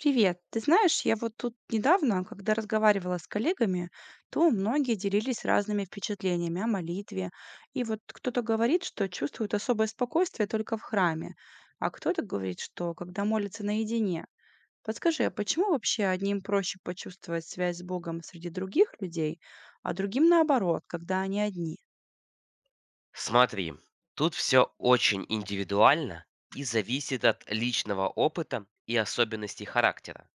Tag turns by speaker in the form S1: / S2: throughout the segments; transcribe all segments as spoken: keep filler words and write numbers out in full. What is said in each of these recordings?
S1: Привет. Ты знаешь, я вот тут недавно, когда разговаривала с коллегами, то многие делились разными впечатлениями о молитве. И вот кто-то говорит, что чувствует особое спокойствие только в храме, а кто-то говорит, что когда молится наедине. Подскажи, а почему вообще одним проще почувствовать связь с Богом среди других людей, а другим наоборот, когда они одни?
S2: Смотри, тут все очень индивидуально и зависит от личного опыта и особенностей характера.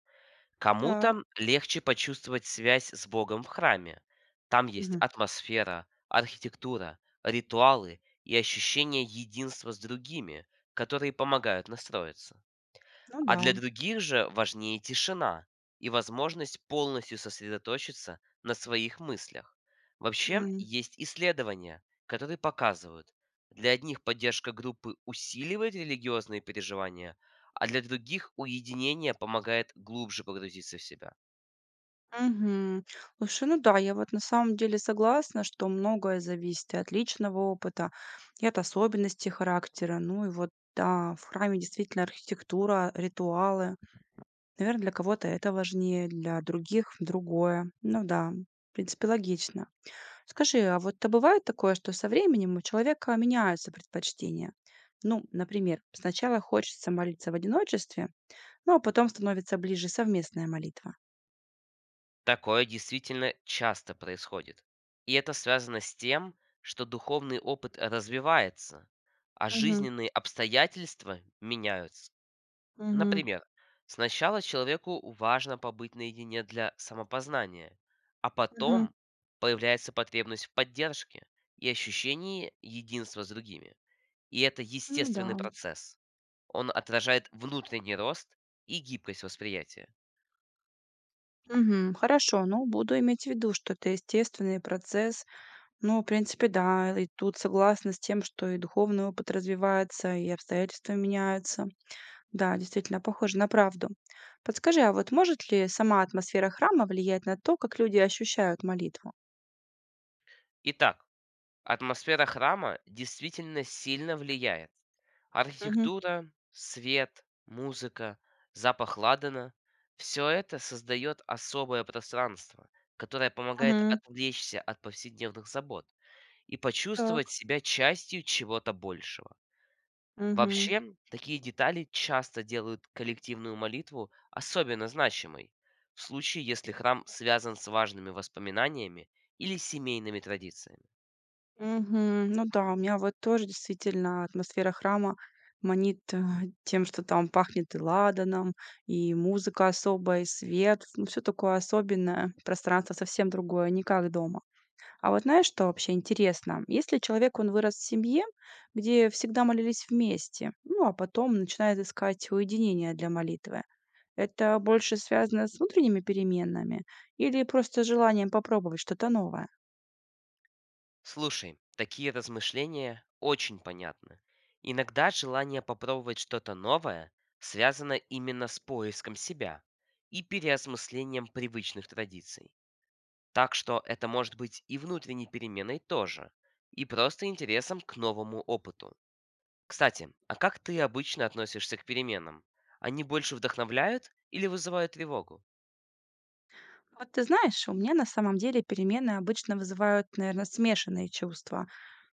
S1: Так.
S2: Кому-то легче почувствовать связь с Богом в храме. Там есть
S1: Мгм.
S2: атмосфера, архитектура, ритуалы и ощущение единства с другими, которые помогают настроиться.
S1: Ну
S2: А
S1: да.
S2: для других же важнее тишина и возможность полностью сосредоточиться на своих мыслях. Вообще,
S1: М.
S2: есть исследования, которые показывают, для одних поддержка группы усиливает религиозные переживания, а для других уединение помогает глубже погрузиться в себя.
S1: Угу. Слушай, ну да, я вот на самом деле согласна, что многое зависит и от личного опыта, и от особенностей характера. Ну и вот, да, в храме действительно архитектура, ритуалы. Наверное, для кого-то это важнее, для других другое. Ну да, в принципе, логично. Скажи, а вот то бывает такое, что со временем у человека меняются предпочтения? Ну, например, сначала хочется молиться в одиночестве, ну а потом становится ближе совместная молитва.
S2: Такое действительно часто происходит. И это связано с тем, что духовный опыт развивается, а
S1: Угу.
S2: жизненные обстоятельства меняются.
S1: Угу.
S2: Например, сначала человеку важно побыть наедине для самопознания, а потом появляется потребность в поддержке и ощущении единства с другими. И это
S1: Ну да.
S2: естественный процесс. Он отражает внутренний рост и гибкость восприятия.
S1: Мгм. Хорошо, ну, буду иметь в виду, что это естественный процесс. Ну, в принципе, да, и тут согласна с тем, что и духовный опыт развивается, и обстоятельства меняются. Да, действительно, похоже на правду. Подскажи, а вот может ли сама атмосфера храма влиять на то, как люди ощущают молитву?
S2: Итак, атмосфера храма действительно сильно влияет.
S1: Мгм.
S2: Архитектура, свет, музыка, запах ладана – все это создает особое пространство, которое помогает
S1: Мгм.
S2: отвлечься от повседневных забот и почувствовать
S1: Так.
S2: себя частью чего-то большего.
S1: Мгм.
S2: Вообще, такие детали часто делают коллективную молитву особенно значимой, в случае, если храм связан с важными воспоминаниями или семейными традициями.
S1: Мгм. Ну да, у меня вот тоже действительно атмосфера храма манит э, тем, что там пахнет и ладаном, и музыка особая, и свет. Ну, все такое особенное. Пространство совсем другое, не как дома. А вот знаешь, что вообще интересно? Если человек, он вырос в семье, где всегда молились вместе, ну, а потом начинает искать уединение для молитвы, это больше связано с внутренними переменами или просто желанием попробовать что-то новое?
S2: Слушай, такие размышления очень понятны. Иногда желание попробовать что-то новое связано именно с поиском себя и переосмыслением привычных традиций. Так что это может быть и внутренней переменой тоже, и просто интересом к новому опыту. Кстати, а как ты обычно относишься к переменам? Они больше вдохновляют или вызывают тревогу?
S1: Вот ты знаешь, у меня на самом деле перемены обычно вызывают, наверное, смешанные чувства.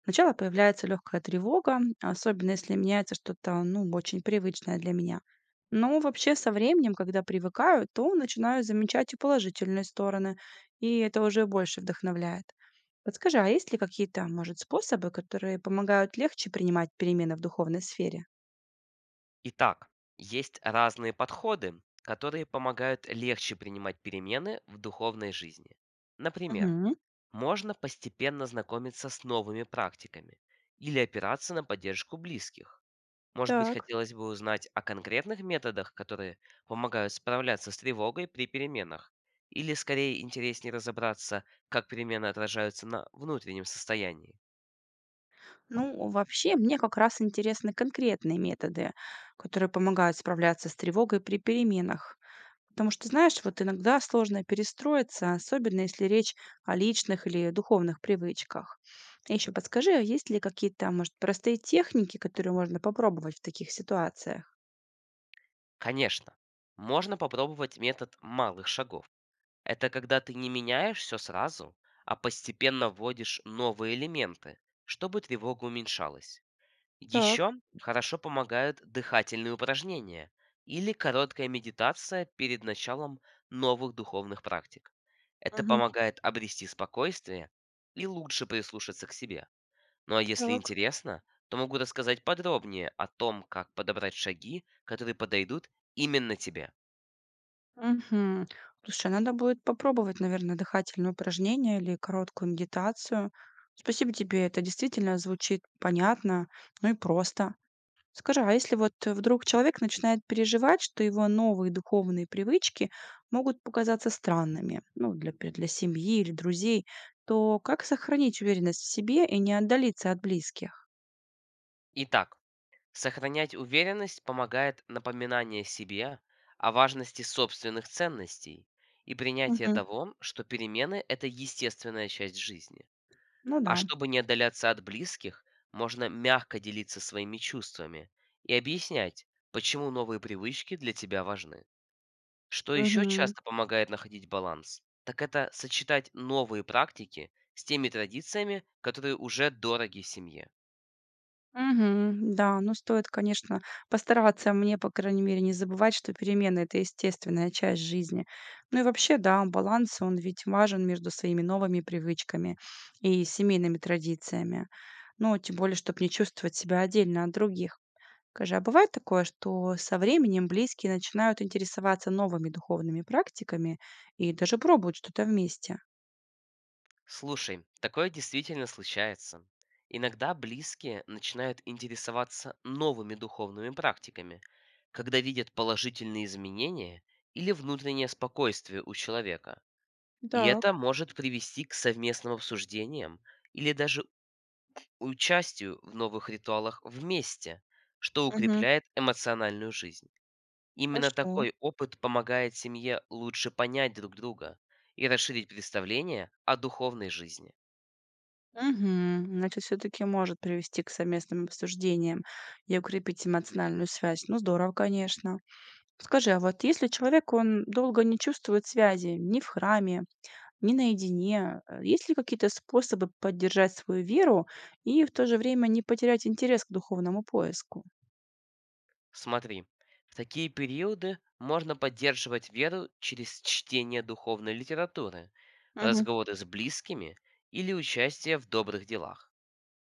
S1: Сначала появляется легкая тревога, особенно если меняется что-то, ну, очень привычное для меня. Но вообще со временем, когда привыкаю, то начинаю замечать и положительные стороны, и это уже больше вдохновляет. Подскажи, а есть ли какие-то, может, способы, которые помогают легче принимать перемены в духовной сфере?
S2: Итак, есть разные подходы, которые помогают легче принимать перемены в духовной жизни. Например,
S1: Мгм.
S2: можно постепенно знакомиться с новыми практиками или опираться на поддержку близких. Может быть,
S1: Так.
S2: хотелось бы узнать о конкретных методах, которые помогают справляться с тревогой при переменах, или скорее интереснее разобраться, как перемены отражаются на внутреннем состоянии.
S1: Ну, вообще, мне как раз интересны конкретные методы, которые помогают справляться с тревогой при переменах. Потому что, знаешь, вот иногда сложно перестроиться, особенно если речь о личных или духовных привычках. Еще подскажи, а есть ли какие-то, может, простые техники, которые можно попробовать в таких ситуациях?
S2: Конечно, можно попробовать метод малых шагов. Это когда ты не меняешь все сразу, а постепенно вводишь новые элементы, чтобы тревога уменьшалась. Еще
S1: Так.
S2: хорошо помогают дыхательные упражнения или короткая медитация перед началом новых духовных практик. Это
S1: Мгм.
S2: помогает обрести спокойствие и лучше прислушаться к себе. Ну а если
S1: Так.
S2: интересно, то могу рассказать подробнее о том, как подобрать шаги, которые подойдут именно тебе.
S1: Мгм. Слушай, надо будет попробовать, наверное, дыхательные упражнения или короткую медитацию. Спасибо тебе, это действительно звучит понятно, ну и просто. Скажи, а если вот вдруг человек начинает переживать, что его новые духовные привычки могут показаться странными, ну, для, пе- для семьи или друзей, то как сохранить уверенность в себе и не отдалиться от близких?
S2: Итак, сохранять уверенность помогает напоминание себе о важности собственных ценностей и принятие
S1: Мгм.
S2: того, что перемены – это естественная часть жизни.
S1: Ну
S2: А
S1: да.
S2: чтобы не отдаляться от близких, можно мягко делиться своими чувствами и объяснять, почему новые привычки для тебя важны. Что еще
S1: Мгм.
S2: часто помогает находить баланс, так это сочетать новые практики с теми традициями, которые уже дороги семье.
S1: Мгм. Да, ну стоит, конечно, постараться, а мне, по крайней мере, не забывать, что перемены — это естественная часть жизни. Ну и вообще, да, баланс, он ведь важен между своими новыми привычками и семейными традициями. Ну, тем более, чтобы не чувствовать себя отдельно от других. Скажи, а бывает такое, что со временем близкие начинают интересоваться новыми духовными практиками и даже пробуют что-то вместе?
S2: Слушай, такое действительно случается. Иногда близкие начинают интересоваться новыми духовными практиками, когда видят положительные изменения или внутреннее спокойствие у человека. И это
S1: Так.
S2: может привести к совместным обсуждениям или даже участию в новых ритуалах вместе, что
S1: Мгм.
S2: укрепляет эмоциональную жизнь. Именно
S1: Хорошо.
S2: такой опыт помогает семье лучше понять друг друга и расширить представление о духовной жизни.
S1: Мгм. Значит, все таки может привести к совместным обсуждениям и укрепить эмоциональную связь. Ну, здорово, конечно. Скажи, а вот если человек, он долго не чувствует связи ни в храме, ни наедине, э, есть ли какие-то способы поддержать свою веру и в то же время не потерять интерес к духовному поиску?
S2: Смотри, в такие периоды можно поддерживать веру через чтение духовной литературы,
S1: Мгм.
S2: разговоры с близкими или участие в добрых делах.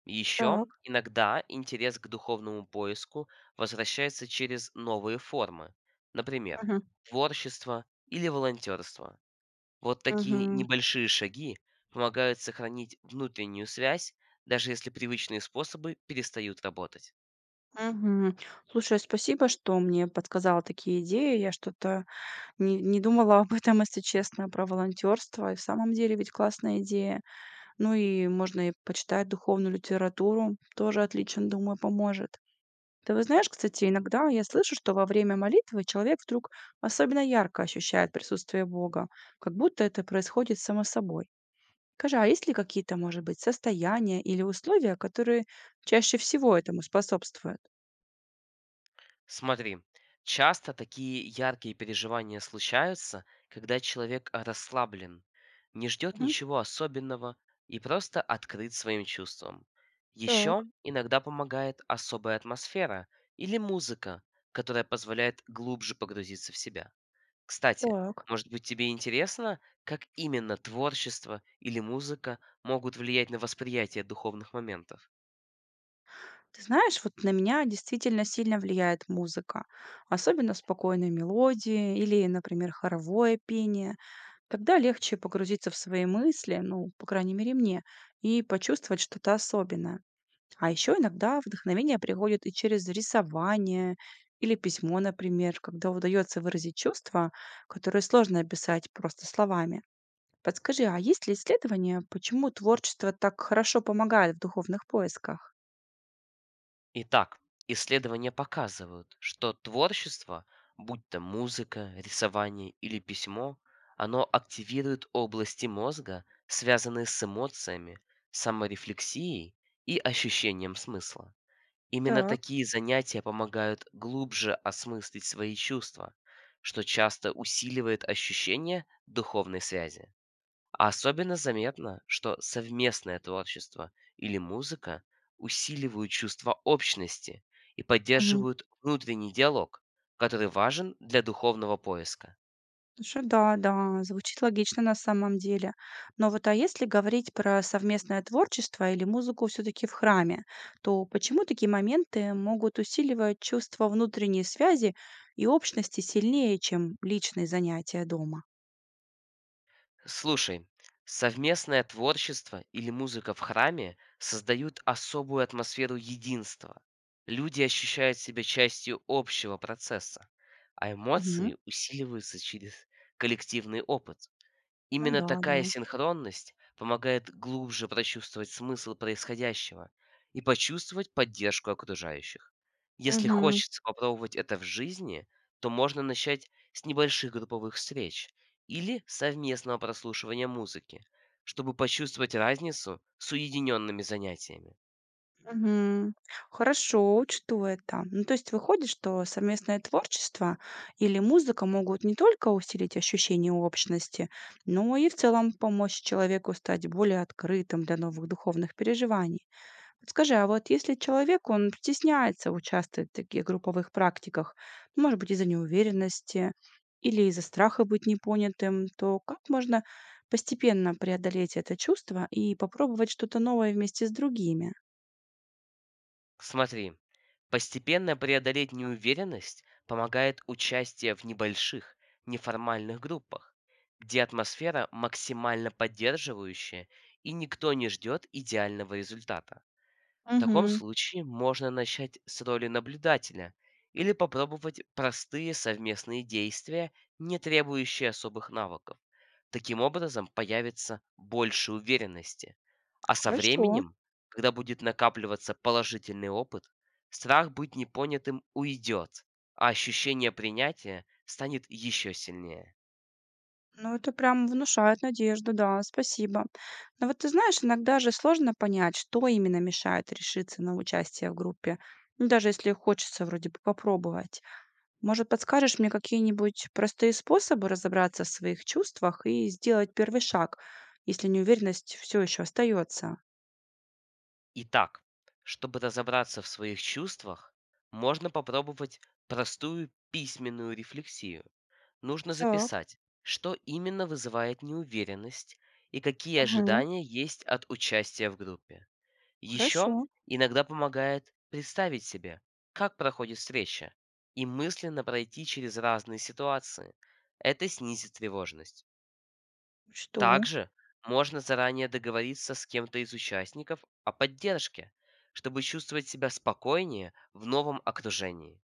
S2: Еще
S1: Так.
S2: иногда интерес к духовному поиску возвращается через новые формы, например,
S1: Мгм.
S2: творчество или волонтерство. Вот такие
S1: Мгм.
S2: небольшие шаги помогают сохранить внутреннюю связь, даже если привычные способы перестают работать.
S1: Мгм. Слушай, спасибо, что мне подсказала такие идеи. Я что-то Не не думала об этом, если честно, про волонтерство. И в самом деле ведь классная идея. Ну и можно и почитать духовную литературу. Тоже отлично, думаю, поможет. Ты вот знаешь, кстати, иногда я слышу, что во время молитвы человек вдруг особенно ярко ощущает присутствие Бога, как будто это происходит само собой. Скажи, а есть ли какие-то, может быть, состояния или условия, которые чаще всего этому способствуют?
S2: Смотри, часто такие яркие переживания случаются, когда человек расслаблен, не ждет
S1: Мгм.
S2: ничего особенного и просто открыт своим чувствам. Еще
S1: Так,
S2: иногда помогает особая атмосфера или музыка, которая позволяет глубже погрузиться в себя. Кстати,
S1: так.
S2: может быть тебе интересно, как именно творчество или музыка могут влиять на восприятие духовных моментов?
S1: Ты знаешь, вот на меня действительно сильно влияет музыка, особенно спокойные мелодии или, например, хоровое пение. Тогда легче погрузиться в свои мысли, ну, по крайней мере, мне, и почувствовать что-то особенное. А еще иногда вдохновение приходит и через рисование или письмо, например, когда удается выразить чувства, которые сложно описать просто словами. Подскажи, а есть ли исследования, почему творчество так хорошо помогает в духовных поисках?
S2: Итак, исследования показывают, что творчество, будь то музыка, рисование или письмо, оно активирует области мозга, связанные с эмоциями, саморефлексией и ощущением смысла. Именно
S1: Так.
S2: такие занятия помогают глубже осмыслить свои чувства, что часто усиливает ощущение духовной связи. А особенно заметно, что совместное творчество или музыка усиливают чувство общности и
S1: Мгм.
S2: поддерживают внутренний диалог, который важен для духовного поиска.
S1: Слушай, да, да, звучит логично на самом деле. Но вот а если говорить про совместное творчество или музыку все-таки в храме, то почему такие моменты могут усиливать чувство внутренней связи и общности сильнее, чем личные занятия дома?
S2: Слушай, совместное творчество или музыка в храме создают особую атмосферу единства. Люди ощущают себя частью общего процесса, а
S1: Мгм.
S2: эмоции усиливаются через коллективный опыт.
S1: Ну
S2: Именно
S1: да, да.
S2: такая синхронность помогает глубже прочувствовать смысл происходящего и почувствовать поддержку окружающих. Если хочется попробовать это в жизни, то можно начать с небольших групповых встреч или совместного прослушивания музыки, чтобы почувствовать разницу с уединенными занятиями.
S1: Мгм. Хорошо, учту это. Ну, то есть выходит, что совместное творчество или музыка могут не только усилить ощущение общности, но и в целом помочь человеку стать более открытым для новых духовных переживаний. Подскажи, а вот если человек, он стесняется участвовать в таких групповых практиках, может быть, из-за неуверенности или из-за страха быть непонятым, то как можно постепенно преодолеть это чувство и попробовать что-то новое вместе с другими?
S2: Смотри, постепенно преодолеть неуверенность помогает участие в небольших, неформальных группах, где атмосфера максимально поддерживающая и никто не ждет идеального результата. В таком случае можно начать с роли наблюдателя или попробовать простые совместные действия, не требующие особых навыков. Таким образом появится больше уверенности. А со
S1: Хорошо,
S2: временем, когда будет накапливаться положительный опыт, страх быть непонятым уйдет, а ощущение принятия станет еще сильнее.
S1: ну это прям внушает надежду, да, спасибо. Но вот ты знаешь, иногда же сложно понять, что именно мешает решиться на участие в группе, ну, даже если хочется вроде бы попробовать. Может, подскажешь мне какие-нибудь простые способы разобраться в своих чувствах и сделать первый шаг, если неуверенность все еще остается?
S2: Итак, чтобы разобраться в своих чувствах, можно попробовать простую письменную рефлексию. Нужно
S1: Так,
S2: записать, что именно вызывает неуверенность и какие
S1: ага,
S2: ожидания есть от участия в группе. Еще
S1: хорошо,
S2: иногда помогает представить себе, как проходит встреча, и мысленно пройти через разные ситуации. Это снизит тревожность.
S1: что?
S2: Также можно заранее договориться с кем-то из участников о поддержке, чтобы чувствовать себя спокойнее в новом окружении.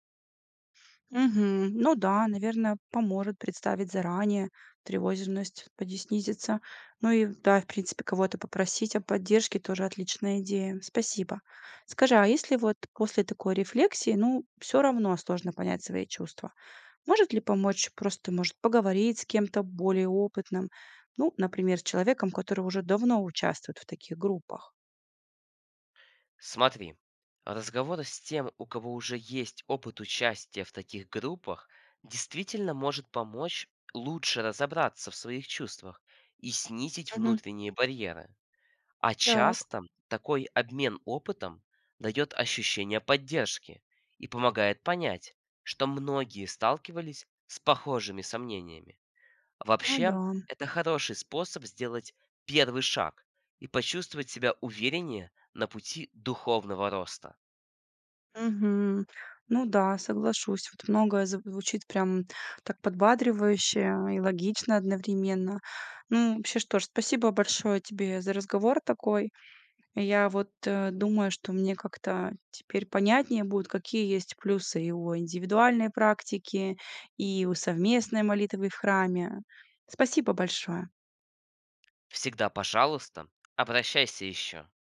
S1: Мгм. Ну да, наверное, поможет представить заранее, тревожность поди снизится. Ну и да, в принципе, кого-то попросить о поддержке тоже отличная идея. Спасибо. Скажи, а если вот после такой рефлексии, ну, все равно сложно понять свои чувства, может ли помочь просто, может, поговорить с кем-то более опытным, ну, например, с человеком, который уже давно участвует в таких группах?
S2: Смотри, разговор с тем, у кого уже есть опыт участия в таких группах, действительно может помочь лучше разобраться в своих чувствах и снизить
S1: Мгм.
S2: внутренние барьеры. А
S1: Так.
S2: часто такой обмен опытом дает ощущение поддержки и помогает понять, что многие сталкивались с похожими сомнениями.
S1: Ну да.
S2: Вообще, это хороший способ сделать первый шаг и почувствовать себя увереннее на пути духовного роста.
S1: Мгм. Ну да, соглашусь. Вот многое зв звучит прям так подбадривающе и логично одновременно. Ну, вообще, что ж, спасибо большое тебе за разговор такой. Я вот, э, думаю, что мне как-то теперь понятнее будет, какие есть плюсы и у индивидуальной практики, и у совместной молитвы в храме. Спасибо большое.
S2: Всегда, пожалуйста, обращайся еще.